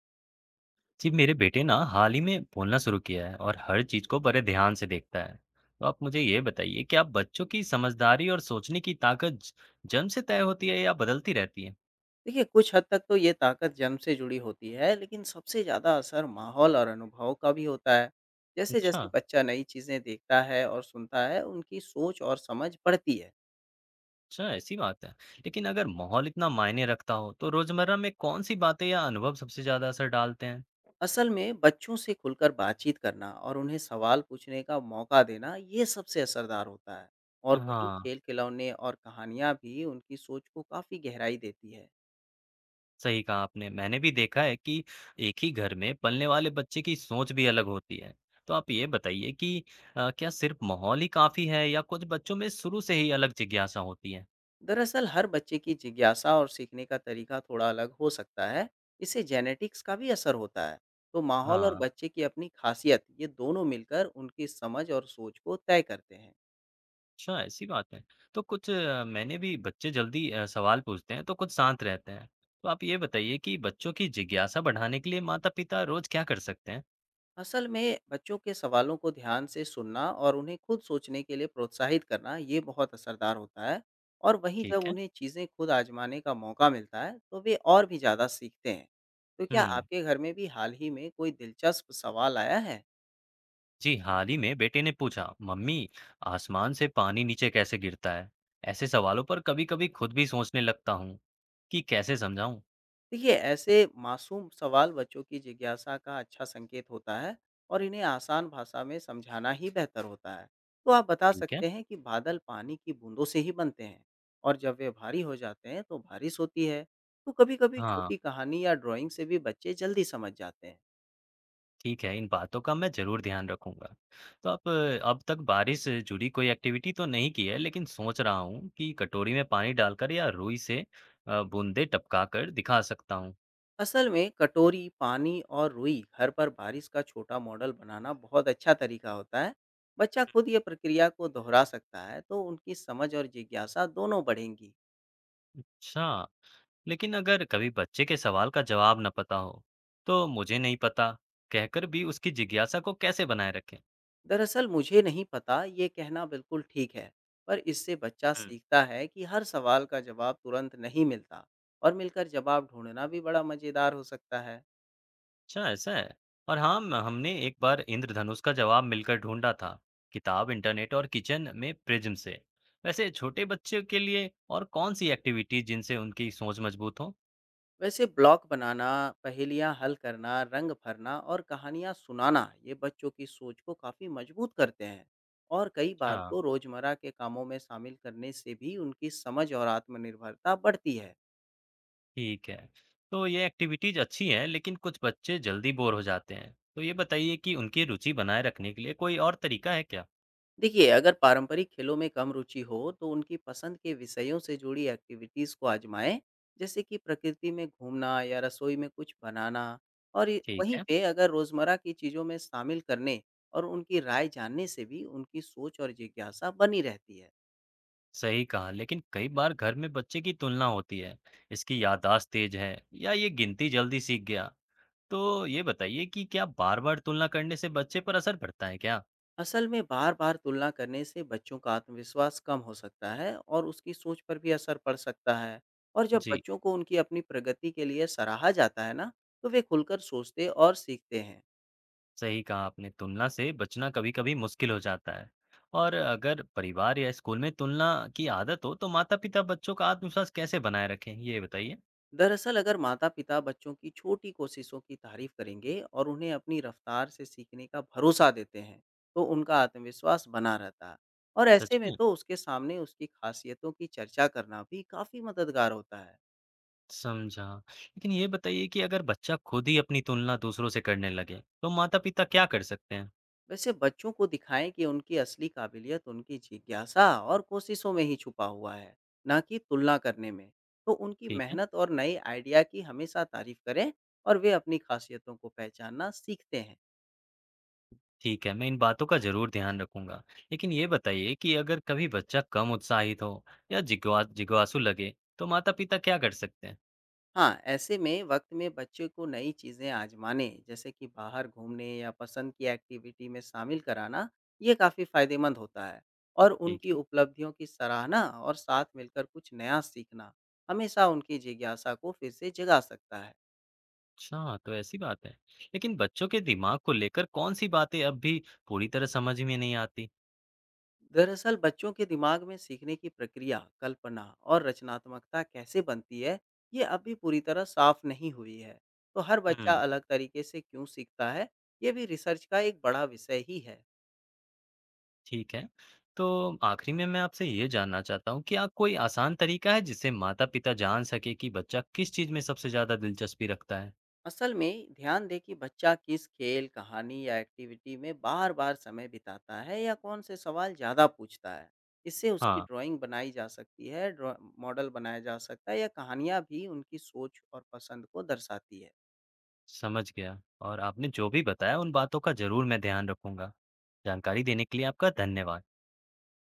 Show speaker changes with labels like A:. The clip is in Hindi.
A: जी मेरे बेटे ना हाल ही में बोलना शुरू किया है और हर चीज को बड़े ध्यान से देखता है। तो आप मुझे ये बताइए कि आप बच्चों की समझदारी और सोचने की ताकत जन्म से तय होती है या बदलती रहती है।
B: देखिए, कुछ हद तक तो ये ताकत जन्म से जुड़ी होती है, लेकिन सबसे ज़्यादा असर माहौल और अनुभव का भी होता है।
A: अच्छा।
B: जैसे-जैसे बच्चा नई चीज़ें देखता है और सुनता है, उनकी सोच और समझ बढ़ती है।
A: अच्छा, ऐसी बात है। लेकिन अगर माहौल इतना मायने रखता हो तो रोजमर्रा में कौन सी बातें या अनुभव सबसे ज्यादा असर डालते हैं?
B: असल में बच्चों से खुलकर बातचीत करना और उन्हें सवाल पूछने का मौका देना, ये सबसे असरदार होता है। और वहीं
A: हाँ,
B: खेल-खिलौने और कहानियाँ भी उनकी सोच को काफ़ी गहराई देती है।
A: सही कहा आपने। मैंने भी देखा है कि एक ही घर में पलने वाले बच्चे की सोच भी अलग होती है। तो आप ये बताइए कि क्या सिर्फ माहौल ही काफ़ी है या कुछ बच्चों में शुरू से ही अलग जिज्ञासा होती है?
B: दरअसल हर बच्चे की जिज्ञासा और सीखने का तरीका थोड़ा अलग हो सकता है। इससे जेनेटिक्स का भी असर होता है। तो माहौल और
A: हाँ,
B: बच्चे की अपनी खासियत, ये दोनों मिलकर उनकी समझ और सोच को तय करते हैं।
A: अच्छा ऐसी बात है। तो कुछ मैंने भी बच्चे जल्दी सवाल पूछते हैं तो कुछ शांत रहते हैं। तो आप ये बताइए कि बच्चों की जिज्ञासा बढ़ाने के लिए माता-पिता रोज़ क्या कर सकते हैं?
B: असल में बच्चों के सवालों को ध्यान से सुनना और उन्हें खुद सोचने के लिए प्रोत्साहित करना, ये बहुत असरदार होता है। और वहीं जब
A: ठीक है।
B: उन्हें चीज़ें खुद आजमाने का मौका मिलता है, तो वे और भी ज़्यादा सीखते हैं। तो क्या
A: हुँ।
B: आपके घर में भी हाल ही में कोई दिलचस्प सवाल आया है?
A: जी हाल ही में बेटे ने पूछा, मम्मी, आसमान से पानी नीचे कैसे गिरता है? ऐसे सवालों पर कभी कभी खुद भी सोचने लगता हूँ कि कैसे समझाऊं।
B: देखिए, ऐसे मासूम सवाल बच्चों की जिज्ञासा का अच्छा संकेत होता है, और इन्हें आसान भाषा में समझाना ही बेहतर होता है। तो आप बता
A: ठीक है।
B: सकते हैं कि बादल पानी की बूंदों से ही बनते हैं, और जब वे भारी हो जाते हैं तो बारिश होती है। तो कभी-कभी
A: हाँ,
B: छोटी कहानी या ड्राइंग से भी बच्चे जल्दी समझ जाते हैं।
A: ठीक है, इन बातों का मैं जरूर ध्यान रखूंगा। तो आप अब तक बारिश से जुड़ी कोई एक्टिविटी तो नहीं की है, लेकिन सोच रहा हूँ कि कटोरी में पानी डालकर या रुई से बूंदे टपका कर दिखा सकता हूँ।
B: असल में कटोरी, पानी और रुई घर पर बारिश का छोटा मॉडल बनाना बहुत अच्छा तरीका होता है। बच्चा खुद ये प्रक्रिया को दोहरा सकता है, तो उनकी समझ और जिज्ञासा दोनों बढ़ेंगी।
A: अच्छा। लेकिन अगर कभी बच्चे के सवाल का जवाब न पता हो, तो मुझे नहीं पता कहकर भी उसकी जिज्ञासा को कैसे बनाए रखें?
B: दरअसल मुझे नहीं पता, ये कहना बिल्कुल ठीक है, पर इससे बच्चा
A: हम्म,
B: सीखता है कि हर सवाल का जवाब तुरंत नहीं मिलता। और मिलकर जवाब ढूंढना भी बड़ा मजेदार हो सकता है।
A: अच्छा ऐसा है। और हाँ, हमने एक बार इंद्रधनुष का जवाब मिलकर ढूंढा था, किताब, इंटरनेट और किचन में प्रिज्म से। वैसे छोटे बच्चों के लिए और कौन सी एक्टिविटीज जिनसे उनकी सोच मजबूत हो?
B: वैसे ब्लॉक बनाना, पहेलियां हल करना, रंग भरना और कहानियां सुनाना, ये बच्चों की सोच को काफी मजबूत करते हैं। और कई बार
A: अच्छा।
B: तो रोजमर्रा के कामों में शामिल करने से भी उनकी समझ और आत्मनिर्भरता बढ़ती है।
A: ठीक है। तो ये एक्टिविटीज अच्छी हैं, लेकिन कुछ बच्चे जल्दी बोर हो जाते हैं, तो ये बताइए कि उनकी रुचि बनाए रखने के लिए कोई और तरीका है क्या?
B: देखिए, अगर पारंपरिक खेलों में कम रुचि हो, तो उनकी पसंद के विषयों से जुड़ी एक्टिविटीज़ को आज़माएँ, जैसे कि प्रकृति में घूमना या रसोई में कुछ बनाना। और ये
A: ठीक
B: वहीं
A: है।
B: पे, अगर रोज़मर्रा की चीज़ों में शामिल करने और उनकी राय जानने से भी उनकी सोच और जिज्ञासा बनी रहती है।
A: सही कहा, लेकिन कई बार घर में बच्चे की तुलना होती है। इसकी याददाश्त तेज है या ये गिनती जल्दी सीख गया। तो ये बताइए कि क्या बार बार तुलना करने से बच्चे पर असर पड़ता है क्या?
B: असल में बार-बार तुलना करने से बच्चों का आत्मविश्वास कम हो सकता है, और उसकी सोच पर भी असर पड़ सकता है। और जब
A: जी।
B: बच्चों को उनकी अपनी प्रगति के लिए सराहा जाता है ना, तो वे खुलकर सोचते और सीखते हैं।
A: सही कहा आपने, तुलना से बचना कभी कभी मुश्किल हो जाता है। और अगर परिवार या स्कूल में तुलना की आदत हो तो माता पिता बच्चों का आत्मविश्वास कैसे बनाए रखें, ये बताइए।
B: दरअसल अगर माता-पिता बच्चों की छोटी कोशिशों की तारीफ करेंगे और उन्हें अपनी रफ्तार से सीखने का भरोसा देते हैं, तो उनका आत्मविश्वास बना रहता है। और
A: सच
B: ऐसे में
A: में
B: तो उसके सामने उसकी खासियतों की चर्चा करना भी काफ़ी मददगार होता है।
A: समझा। लेकिन ये बताइए कि अगर बच्चा खुद ही अपनी तुलना दूसरों से करने लगे तो माता पिता क्या कर सकते हैं?
B: वैसे बच्चों को दिखाएं कि उनकी असली काबिलियत उनकी जिज्ञासा और कोशिशों में ही छुपा हुआ है, ना कि तुलना करने में। तो उनकी
A: ठीक है।
B: मेहनत और नए आइडिया की हमेशा तारीफ करें, और वे अपनी खासियतों को पहचानना सीखते हैं।
A: ठीक है, मैं इन बातों का ज़रूर ध्यान रखूँगा। लेकिन ये बताइए कि अगर कभी बच्चा कम उत्साहित हो या जिज्ञासु लगे, तो माता-पिता क्या कर सकते हैं?
B: हाँ, ऐसे में वक़्त में बच्चे को नई चीज़ें आज़माने, जैसे कि बाहर घूमने या पसंद की एक्टिविटी में शामिल कराना, ये काफ़ी फ़ायदेमंद होता है। और
A: ठीक
B: उनकी
A: है।
B: उपलब्धियों की सराहना और साथ मिलकर कुछ नया सीखना, हमेशा उनकी जिज्ञासा को फिर से जगा सकता है।
A: अच्छा, तो ऐसी बात है। लेकिन बच्चों के दिमाग को लेकर कौन-सी बातें अब भी पूरी तरह समझ में नहीं आती?
B: दरअसल बच्चों के दिमाग में सीखने की प्रक्रिया, कल्पना और रचनात्मकता कैसे बनती है, ये अभी पूरी तरह साफ़ नहीं हुई है। तो हर बच्चा
A: हुँ,
B: अलग तरीके से क्यों सीखता है, ये भी रिसर्च का एक बड़ा विषय ही है।
A: ठीक है। तो आखिरी में मैं आपसे ये जानना चाहता हूँ कि आप कोई आसान तरीका है जिससे माता-पिता जान सके कि बच्चा किस चीज़ में सबसे ज़्यादा दिलचस्पी रखता है?
B: असल में ध्यान दें कि बच्चा किस खेल, कहानी या एक्टिविटी में बार बार समय बिताता है, या कौन से सवाल ज़्यादा पूछता है। इससे उसकी
A: हाँ,
B: ड्राइंग बनाई जा सकती है, मॉडल बनाया जा सकता है, या कहानियाँ भी उनकी सोच और पसंद को दर्शाती है।
A: समझ गया। और आपने जो भी बताया उन बातों का ज़रूर मैं ध्यान रखूँगा। जानकारी देने के लिए आपका धन्यवाद।